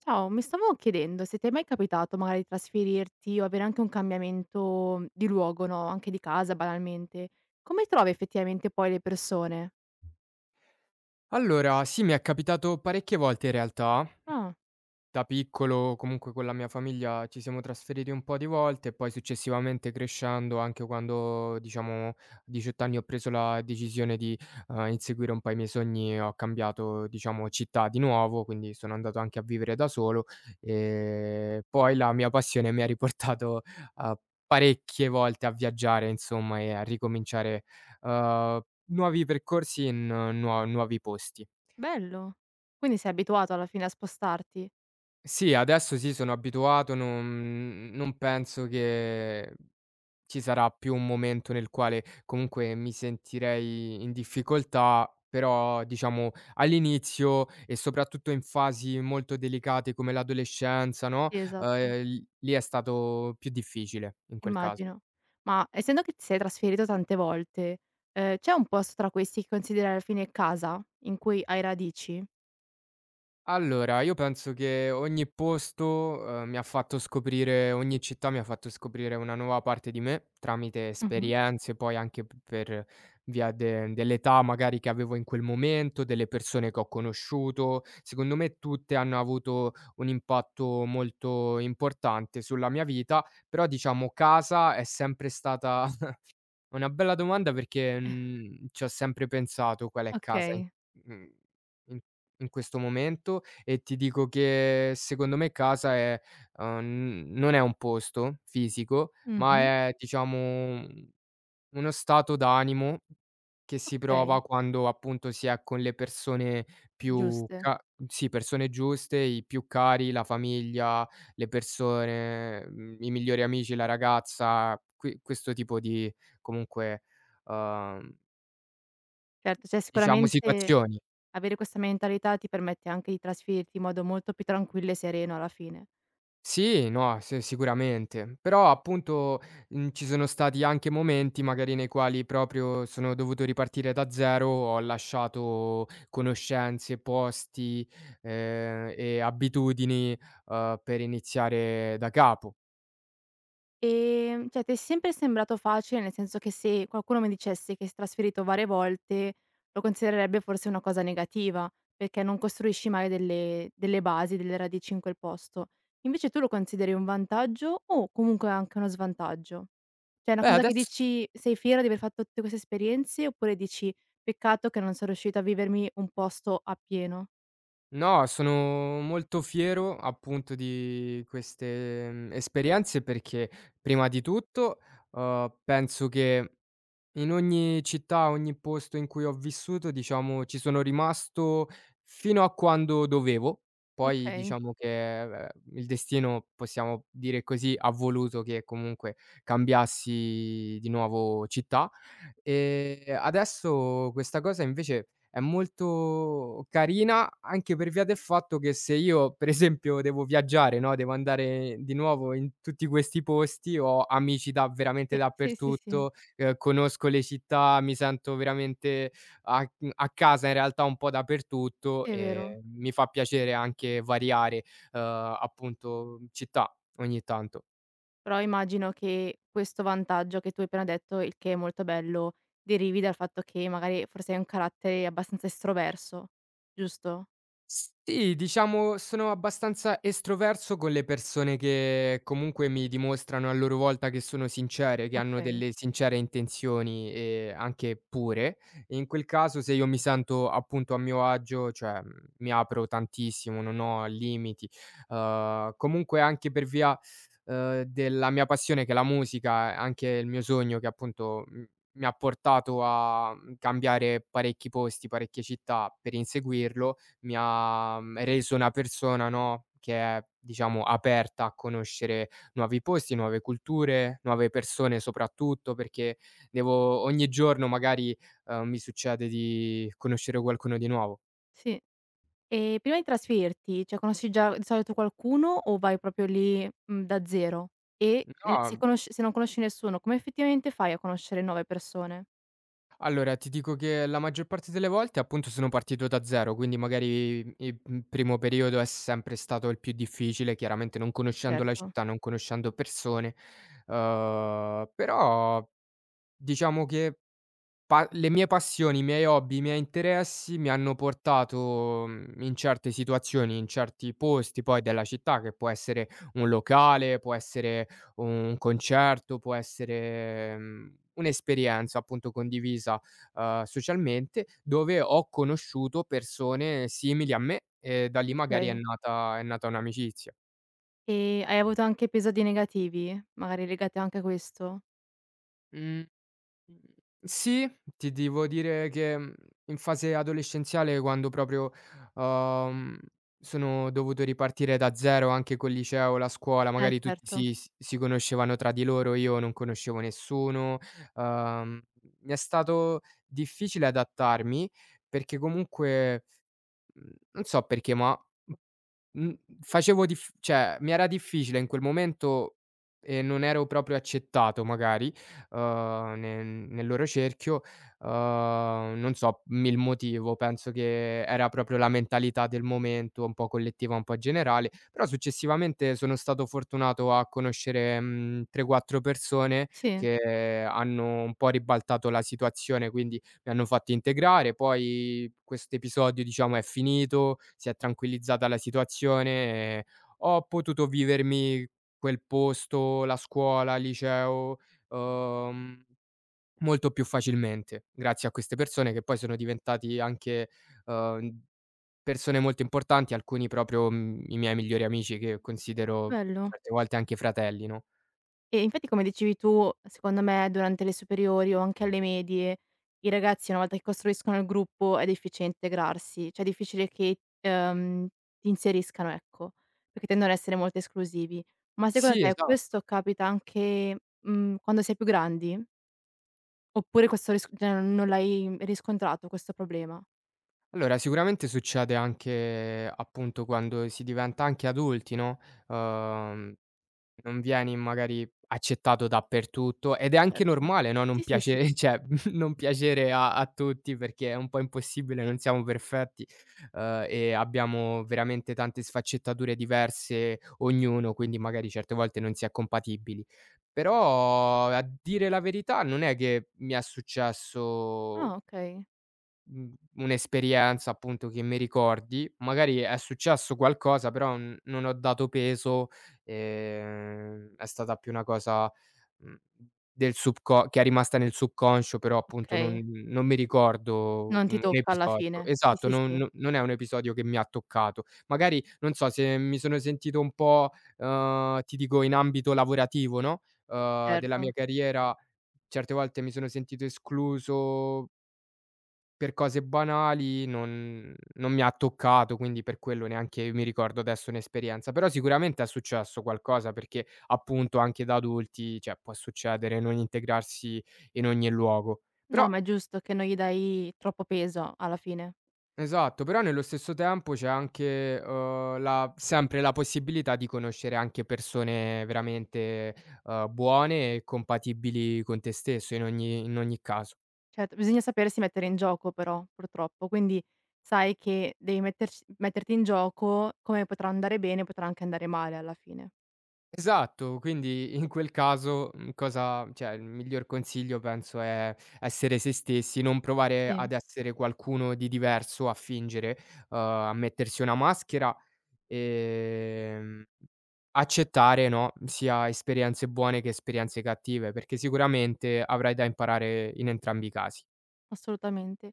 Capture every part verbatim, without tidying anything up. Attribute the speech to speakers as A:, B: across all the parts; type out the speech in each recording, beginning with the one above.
A: Ciao, mi stavo chiedendo se ti è mai capitato magari di trasferirti o avere anche un cambiamento di luogo, no, anche di casa banalmente. Come trovi effettivamente poi le persone?
B: Allora, sì, mi è capitato parecchie volte in realtà.
A: Ah,
B: Da piccolo, comunque con la mia famiglia ci siamo trasferiti un po' di volte e poi successivamente crescendo, anche quando, diciamo, a diciotto anni ho preso la decisione di eh, inseguire un po' i miei sogni, ho cambiato, diciamo, città di nuovo, quindi sono andato anche a vivere da solo e poi la mia passione mi ha riportato eh, parecchie volte a viaggiare, insomma, e a ricominciare eh, nuovi percorsi in eh, nuo- nuovi posti.
A: bello. Quindi sei abituato alla fine a spostarti?
B: Sì, adesso sì, sono abituato, non non penso che ci sarà più un momento nel quale comunque mi sentirei in difficoltà, però diciamo all'inizio e soprattutto in fasi molto delicate come l'adolescenza, no,
A: Sì,
B: uhm,
A: esatto,
B: l lì è stato più difficile in quel caso.
A: immagino. Ma essendo che ti sei trasferito tante volte, ehm, c'è un posto tra questi che consideri alla fine casa, in cui hai radici?
B: Allora, io penso che ogni posto, uhm, mi ha fatto scoprire ogni città mi ha fatto scoprire una nuova parte di me, tramite
A: Mh-mh.
B: esperienze, poi anche p per via de dell'età magari che avevo in quel momento, delle persone che ho conosciuto. Secondo me tutte hanno avuto un impatto molto importante sulla mia vita, però diciamo casa è sempre stata è una bella domanda perché, mhmm, ci ho sempre pensato qual è casa in
A: Okay.
B: mhmm, in in questo momento e ti dico che secondo me casa è uhm, non è un posto fisico, ma
A: Mh-mh.
B: è diciamo uno stato d'animo che si prova
A: Okay,
B: quando appunto si è con le persone più
A: giuste.
B: ca sì, persone giuste, i più cari, la famiglia, le persone, mhmm, i migliori amici, la ragazza, qui questo tipo di comunque, uhm,
A: Certo, c'è
B: diciamo
A: sicuramente.
B: situazioni.
A: Avere questa mentalità ti permette anche di trasferirti in modo molto più tranquillo e sereno alla fine.
B: Sì, no, sì, sicuramente. Però appunto, mhmm, ci sono stati anche momenti magari nei quali proprio sono dovuto ripartire da zero, ho lasciato conoscenze, posti, ehm, e abitudini, uhm, per iniziare da capo.
A: Ehm, cioè ti è sempre sembrato facile, nel senso che se qualcuno mi dicesse che si è trasferito varie volte, lo considererebbe forse una cosa negativa, perché non costruisci mai delle delle basi, delle radici in quel posto. Invece tu lo consideri un vantaggio o comunque anche uno svantaggio? Cioè è una
B: Beh,
A: cosa che
B: adesso
A: dici: "Sei fiera di aver fatto tutte queste esperienze" oppure dici: "Peccato che non son riuscita a vivermi un posto appieno."
B: no, sono molto fiero appunto di queste, mhmm, esperienze perché prima di tutto, uhm, penso che in ogni città, ogni posto in cui ho vissuto, diciamo, ci sono rimasto fino a quando dovevo. Poi
A: Okay.
B: diciamo che, ehm, il destino, possiamo dire così, ha voluto che comunque cambiassi di nuovo città. Ehm, adesso questa cosa invece è molto carina, anche per via del fatto che se io, per esempio, devo viaggiare, no, devo andare di nuovo in tutti questi posti, ho amici da veramente
A: Sì, sì, sì, sì, sì,
B: dappertutto ehm, conosco le città, mi sento veramente a mhmm, a casa in realtà un po' dappertutto
A: è vero.
B: e mi fa piacere anche variare, uhm, appunto città ogni tanto.
A: Però immagino che questo vantaggio che tu hai appena detto, il che è molto bello, derivi dal fatto che magari forse hai un carattere abbastanza estroverso, giusto?
B: Sì, diciamo sono abbastanza estroverso con le persone che comunque mi dimostrano a loro volta che sono sincere, che hanno
A: Okay,
B: delle sincere intenzioni e anche pure. In quel caso se io mi sento appunto a mio agio, cioè mhmm, mi apro tantissimo, non ho limiti. Uhm, comunque anche per via, uhm, della mia passione che è la musica, anche il mio sogno che appunto, mhmm, mi ha portato a, mhmm, cambiare parecchi posti, parecchie città per inseguirlo, mi ha, mhmm, reso una persona, no, che è diciamo aperta a conoscere nuovi posti, nuove culture, nuove persone soprattutto, perché devo ogni giorno magari, uhm, mi succede di conoscere qualcuno di nuovo.
A: sì. E prima di trasferirti, cioè conosci già di solito qualcuno o vai proprio lì, mhmm, da zero? E, ehm, se
B: No,
A: conosci se non conosci nessuno, come effettivamente fai a conoscere nuove persone?
B: allora ti dico che la maggior parte delle volte appunto sono partito da zero, quindi magari i il primo periodo è sempre stato il più difficile, chiaramente non conoscendo la
A: Certo,
B: città, non conoscendo persone, uhm, però diciamo che Pa le mie passioni, i miei hobby, i miei interessi mi hanno portato, mhmm, in certe situazioni, in certi posti poi della città, che può essere un locale, può essere un concerto, può essere, mhmm, un'esperienza appunto condivisa, uhm, socialmente, dove ho conosciuto persone simili a me e da lì magari è
A: okay.
B: nata è nata un'amicizia.
A: E hai avuto anche episodi negativi, magari legati anche a questo?
B: Mm, Mhmm, sì, ti devo dire che, mhmm, in fase adolescenziale quando proprio, uhm, sono dovuto ripartire da zero anche col liceo, la scuola,
A: Eh
B: magari tutti
A: certo,
B: si s si conoscevano tra di loro, io non conoscevo nessuno, uhm, mi è stato difficile adattarmi perché comunque, mhmm, non so perché, ma Mhmm, facevo dif cioè mi era difficile in quel momento e non ero proprio accettato magari, uhm, ne nel loro cerchio, uhm, non so m il motivo, penso che era proprio la mentalità del momento, un po' collettiva, un po' generale, però successivamente sono stato fortunato a conoscere, mhmm, tre, quattro persone
A: sì.
B: che hanno un po' ribaltato la situazione, quindi mi hanno fatto integrare, poi quest'episodio diciamo è finito, si è tranquillizzata la situazione e ho potuto vivermi quel posto, la scuola, il liceo, uhm, molto più facilmente, grazie a queste persone che poi sono diventati anche, uhm, persone molto importanti, alcuni proprio, mhmm, i miei migliori amici che considero
A: Bello.
B: certe volte anche fratelli, no?
A: E infatti come dicevi tu, secondo me durante le superiori o anche alle medie, i ragazzi una volta che costruiscono il gruppo è difficile integrarsi, cioè è difficile che, ehm, ti inseriscano, ecco, perché tendono ad essere molto esclusivi. Ma secondo
B: Sì,
A: te
B: esa
A: questo capita anche, mhmm, quando si è più grandi? Oppure questo risc cioè non l'hai riscontrato questo problema?
B: allora, sicuramente succede anche, appunto, quando si diventa anche adulti, no, uhm, non vieni magari accettato dappertutto ed è anche
A: Certo.
B: normale, no,
A: Sì,
B: non
A: sì, sì.
B: piace cioè, non piacere a a tutti perché è un po' impossibile, non siamo perfetti, uhm, e abbiamo veramente tante sfaccettature diverse ognuno, quindi magari certe volte non si è compatibili. Però, a dire la verità, non è che mi è
A: Ah
B: successo
A: okay,
B: Mhmm, un'esperienza appunto che mi ricordi, magari è successo qualcosa, però n non ho dato peso, ehm, è stata più una cosa, mhmm, del subco che è rimasta nel subconscio, però appunto non
A: okay.
B: non mi ricordo
A: Non ti
B: un
A: tocca alla
B: episodio.
A: fine. Sì,
B: Esatto,
A: sì,
B: non
A: sì,
B: no non è un episodio che mi ha toccato. Magari, non so, se mi sono sentito un po', uhm, ti dico in ambito lavorativo, no, uhm, della mia
A: certo.
B: carriera, certe volte mi sono sentito escluso per cose banali non non mi ha toccato, quindi per quello neanche mi ricordo adesso un'esperienza, però sicuramente è successo qualcosa perché appunto anche da adulti, cioè può succedere non integrarsi in ogni luogo. Però
A: No, ma è giusto che non gli dai troppo peso alla fine.
B: esatto, però nello stesso tempo c'è anche, uhm, la sempre la possibilità di conoscere anche persone
A: Sì.
B: veramente, uhm, buone e compatibili con te stesso in ogni in ogni caso.
A: Cioè, t bisogna sapersi mettere in gioco però, purtroppo. Quindi sai che devi metterci metterti in gioco, come potrà andare bene, potrà anche andare male alla fine.
B: Esatto, quindi in quel caso, mhmm, cosa cioè il miglior consiglio penso è essere se stessi, non provare
A: Sì,
B: ad essere qualcuno di diverso, a fingere, uhm, a mettersi una maschera, ehm, accettare, no, sia esperienze buone che esperienze cattive, perché sicuramente avrai da imparare in entrambi i casi.
A: assolutamente.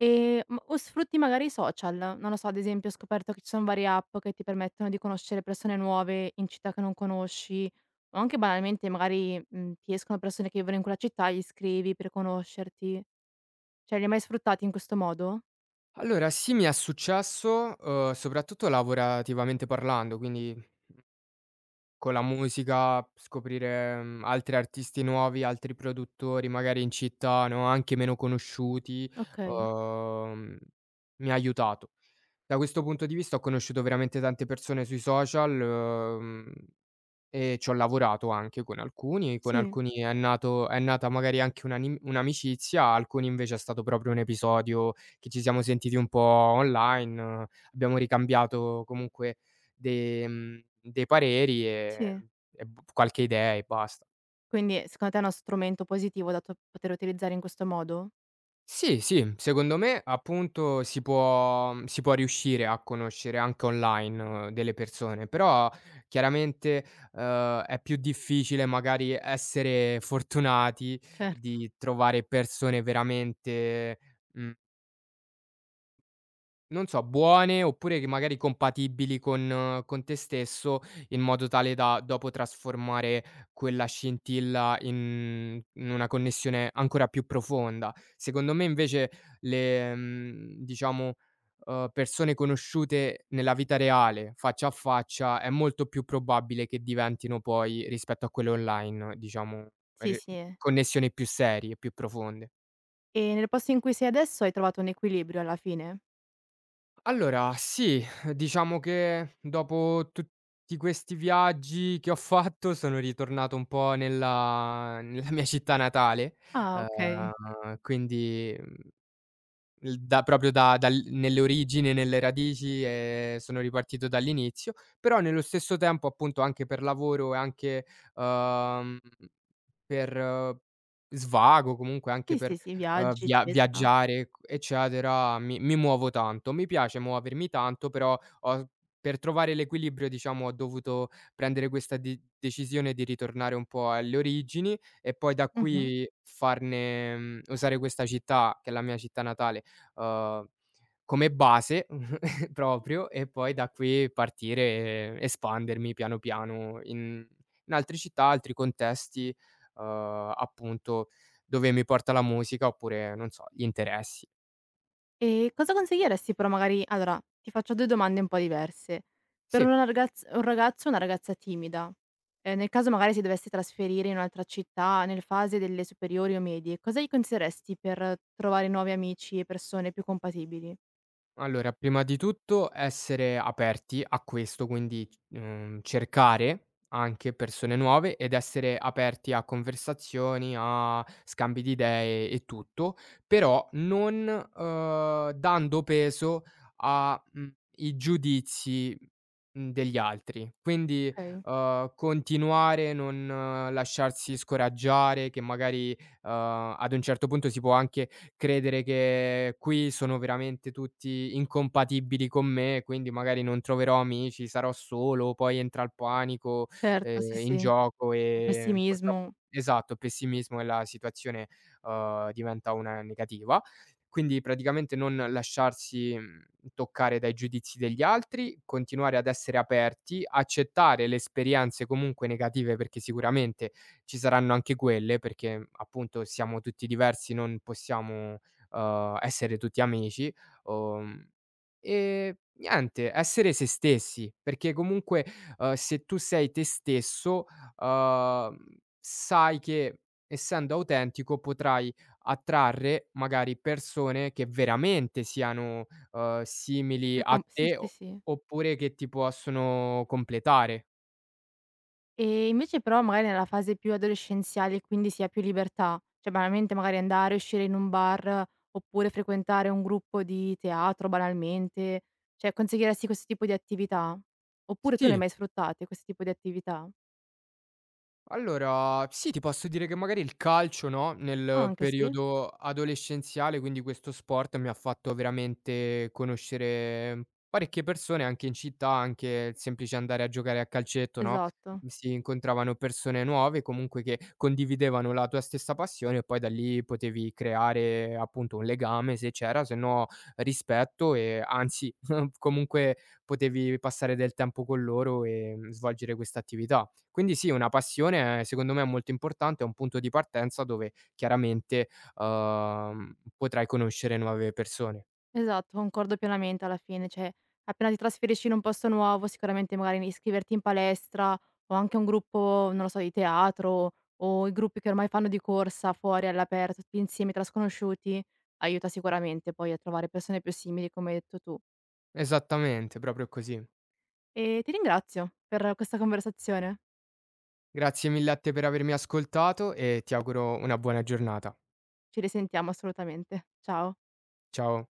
A: Ehm, m o sfrutti magari i social, non lo so, ad esempio ho scoperto che ci son varie app che ti permettono di conoscere persone nuove in città che non conosci, o anche banalmente magari, mhmm, ti escono persone che vivono in quella città, gli scrivi per conoscerti. Cioè, li hai mai sfruttati in questo modo?
B: Allora sì, mi è successo, uhm, soprattutto lavorativamente parlando, quindi con la musica, scoprire, mhmm, altri artisti nuovi, altri produttori magari in città, no, anche meno conosciuti,
A: Okay,
B: uhm, mi ha aiutato. Da questo punto di vista ho conosciuto veramente tante persone sui social, uhm Ehm, Ci ho lavorato anche con alcuni, con
A: sì,
B: alcuni è nato è nata magari anche un'anim un'amicizia, alcuni invece è stato proprio un episodio che ci siamo sentiti un po' online, abbiamo ricambiato comunque de mhmm, dei pareri e
A: sì.
B: e b qualche idea e basta.
A: Quindi, ehm, secondo te è uno strumento positivo da to poter utilizzare in questo modo?
B: Sì, sì, secondo me appunto si può mhmm, si può riuscire a conoscere anche online eh, delle persone, però chiaramente, uhm, è più difficile magari essere fortunati
A: Certo.
B: di trovare persone veramente, mhmm non so, buone oppure che magari compatibili con eh, con te stesso, in modo tale da dopo trasformare quella scintilla in in una connessione ancora più profonda. Secondo me invece le mhmm, diciamo, uhm, persone conosciute nella vita reale, faccia a faccia, è molto più probabile che diventino poi, rispetto a quelle online, diciamo,
A: Sì,
B: re
A: sì.
B: connessioni più serie, più profonde.
A: E nel posto in cui sei adesso hai trovato un equilibrio alla fine?
B: Allora sì, diciamo che dopo tutti questi viaggi che ho fatto sono ritornato un po' nella nella mia città natale,
A: Ah, okay.
B: uhm, quindi, mhmm, da proprio da dal nelle origini, nelle radici, ehm, sono ripartito dall'inizio, però nello stesso tempo appunto anche per lavoro e anche, uhm per eh, svago, comunque anche
A: Sì,
B: per,
A: sì, sì,
B: uhm,
A: viaggi
B: via
A: eccetera.
B: viaggiare c eccetera, mi mi muovo tanto. Mi piace muovermi tanto, però ho per trovare l'equilibrio, diciamo, ho dovuto prendere questa de decisione di ritornare un po' alle origini e poi da
A: Mh-mh.
B: qui farne mhmm, usare questa città, che è la mia città natale, uhm, come base proprio e poi da qui partire e espandermi piano piano in in altre città, altri contesti uhm, appunto, dove mi porta la musica oppure, non so, gli interessi.
A: E cosa consiglieresti però magari allora, ti faccio due domande un po' diverse. Per
B: Sì.
A: una ragaz un ragazzo o una ragazza timida, ehm, nel caso magari si dovesse trasferire in un'altra città nel fase delle superiori o medie, cosa gli consiglieresti per trovare nuovi amici e persone più compatibili?
B: Allora, prima di tutto essere aperti a questo, quindi, mhmm, cercare anche persone nuove ed essere aperti a conversazioni, a scambi di idee e tutto, però non, uhm, dando peso a, mhmm, i giudizi, mhmm, degli altri. Quindi,
A: Okay,
B: uhm, continuare, non eh, lasciarsi scoraggiare che magari, uhm, ad un certo punto si può anche credere che qui sono veramente tutti incompatibili con me, quindi magari non troverò amici, sarò solo, poi entra il panico,
A: certo, sì,
B: ehm,
A: sì,
B: in
A: il
B: gioco e purtroppo
A: pessimismo
B: esatto, il pessimismo e la situazione, uhm, diventa una negativa. Quindi praticamente non lasciarsi, mhmm, toccare dai giudizi degli altri, continuare ad essere aperti, accettare le esperienze comunque negative perché sicuramente ci saranno anche quelle, perché appunto siamo tutti diversi, non possiamo, uhm, essere tutti amici, uhm, e niente, essere se stessi, perché comunque, uhm, se tu sei te stesso, uhm, sai che essendo autentico potrai attrarre magari persone che veramente siano, uhm, simili
A: più
B: a
A: com sì,
B: te
A: sì,
B: o
A: sì.
B: oppure che ti possono completare.
A: E invece però magari nella fase più adolescenziale, quindi si ha più libertà, cioè banalmente magari andare, uscire in un bar, oppure frequentare un gruppo di teatro banalmente, cioè consiglieresti questo tipo di attività? Oppure tu le hai
B: Sì.
A: mai sfruttate questo tipo di attività?
B: Allora, sì, ti posso dire che magari il calcio, no, nel
A: Anche sì,
B: periodo adolescenziale, quindi questo sport mi ha fatto veramente conoscere parecchie persone anche in città, anche il semplice andare a giocare a calcetto, no?
A: esatto.
B: Si incontravano persone nuove comunque che condividevano la tua stessa passione e poi da lì potevi creare appunto un legame se c'era, se no rispetto e anzi comunque potevi passare del tempo con loro e mm, svolgere questa attività. Quindi sì, una passione eh, secondo me è molto importante, è un punto di partenza dove chiaramente, uhm, potrai conoscere nuove persone.
A: Esatto, concordo pienamente alla fine, cioè appena ti trasferisci in un posto nuovo sicuramente magari iscriverti in palestra o anche un gruppo, non lo so, di teatro o i gruppi che ormai fanno di corsa fuori all'aperto, tutti insieme tra sconosciuti, aiuta sicuramente poi a trovare persone più simili come hai detto tu.
B: Esattamente, proprio così.
A: E ti ringrazio per questa conversazione.
B: Grazie mille a te per avermi ascoltato e ti auguro una buona giornata.
A: Ci risentiamo assolutamente. Ciao.
B: Ciao.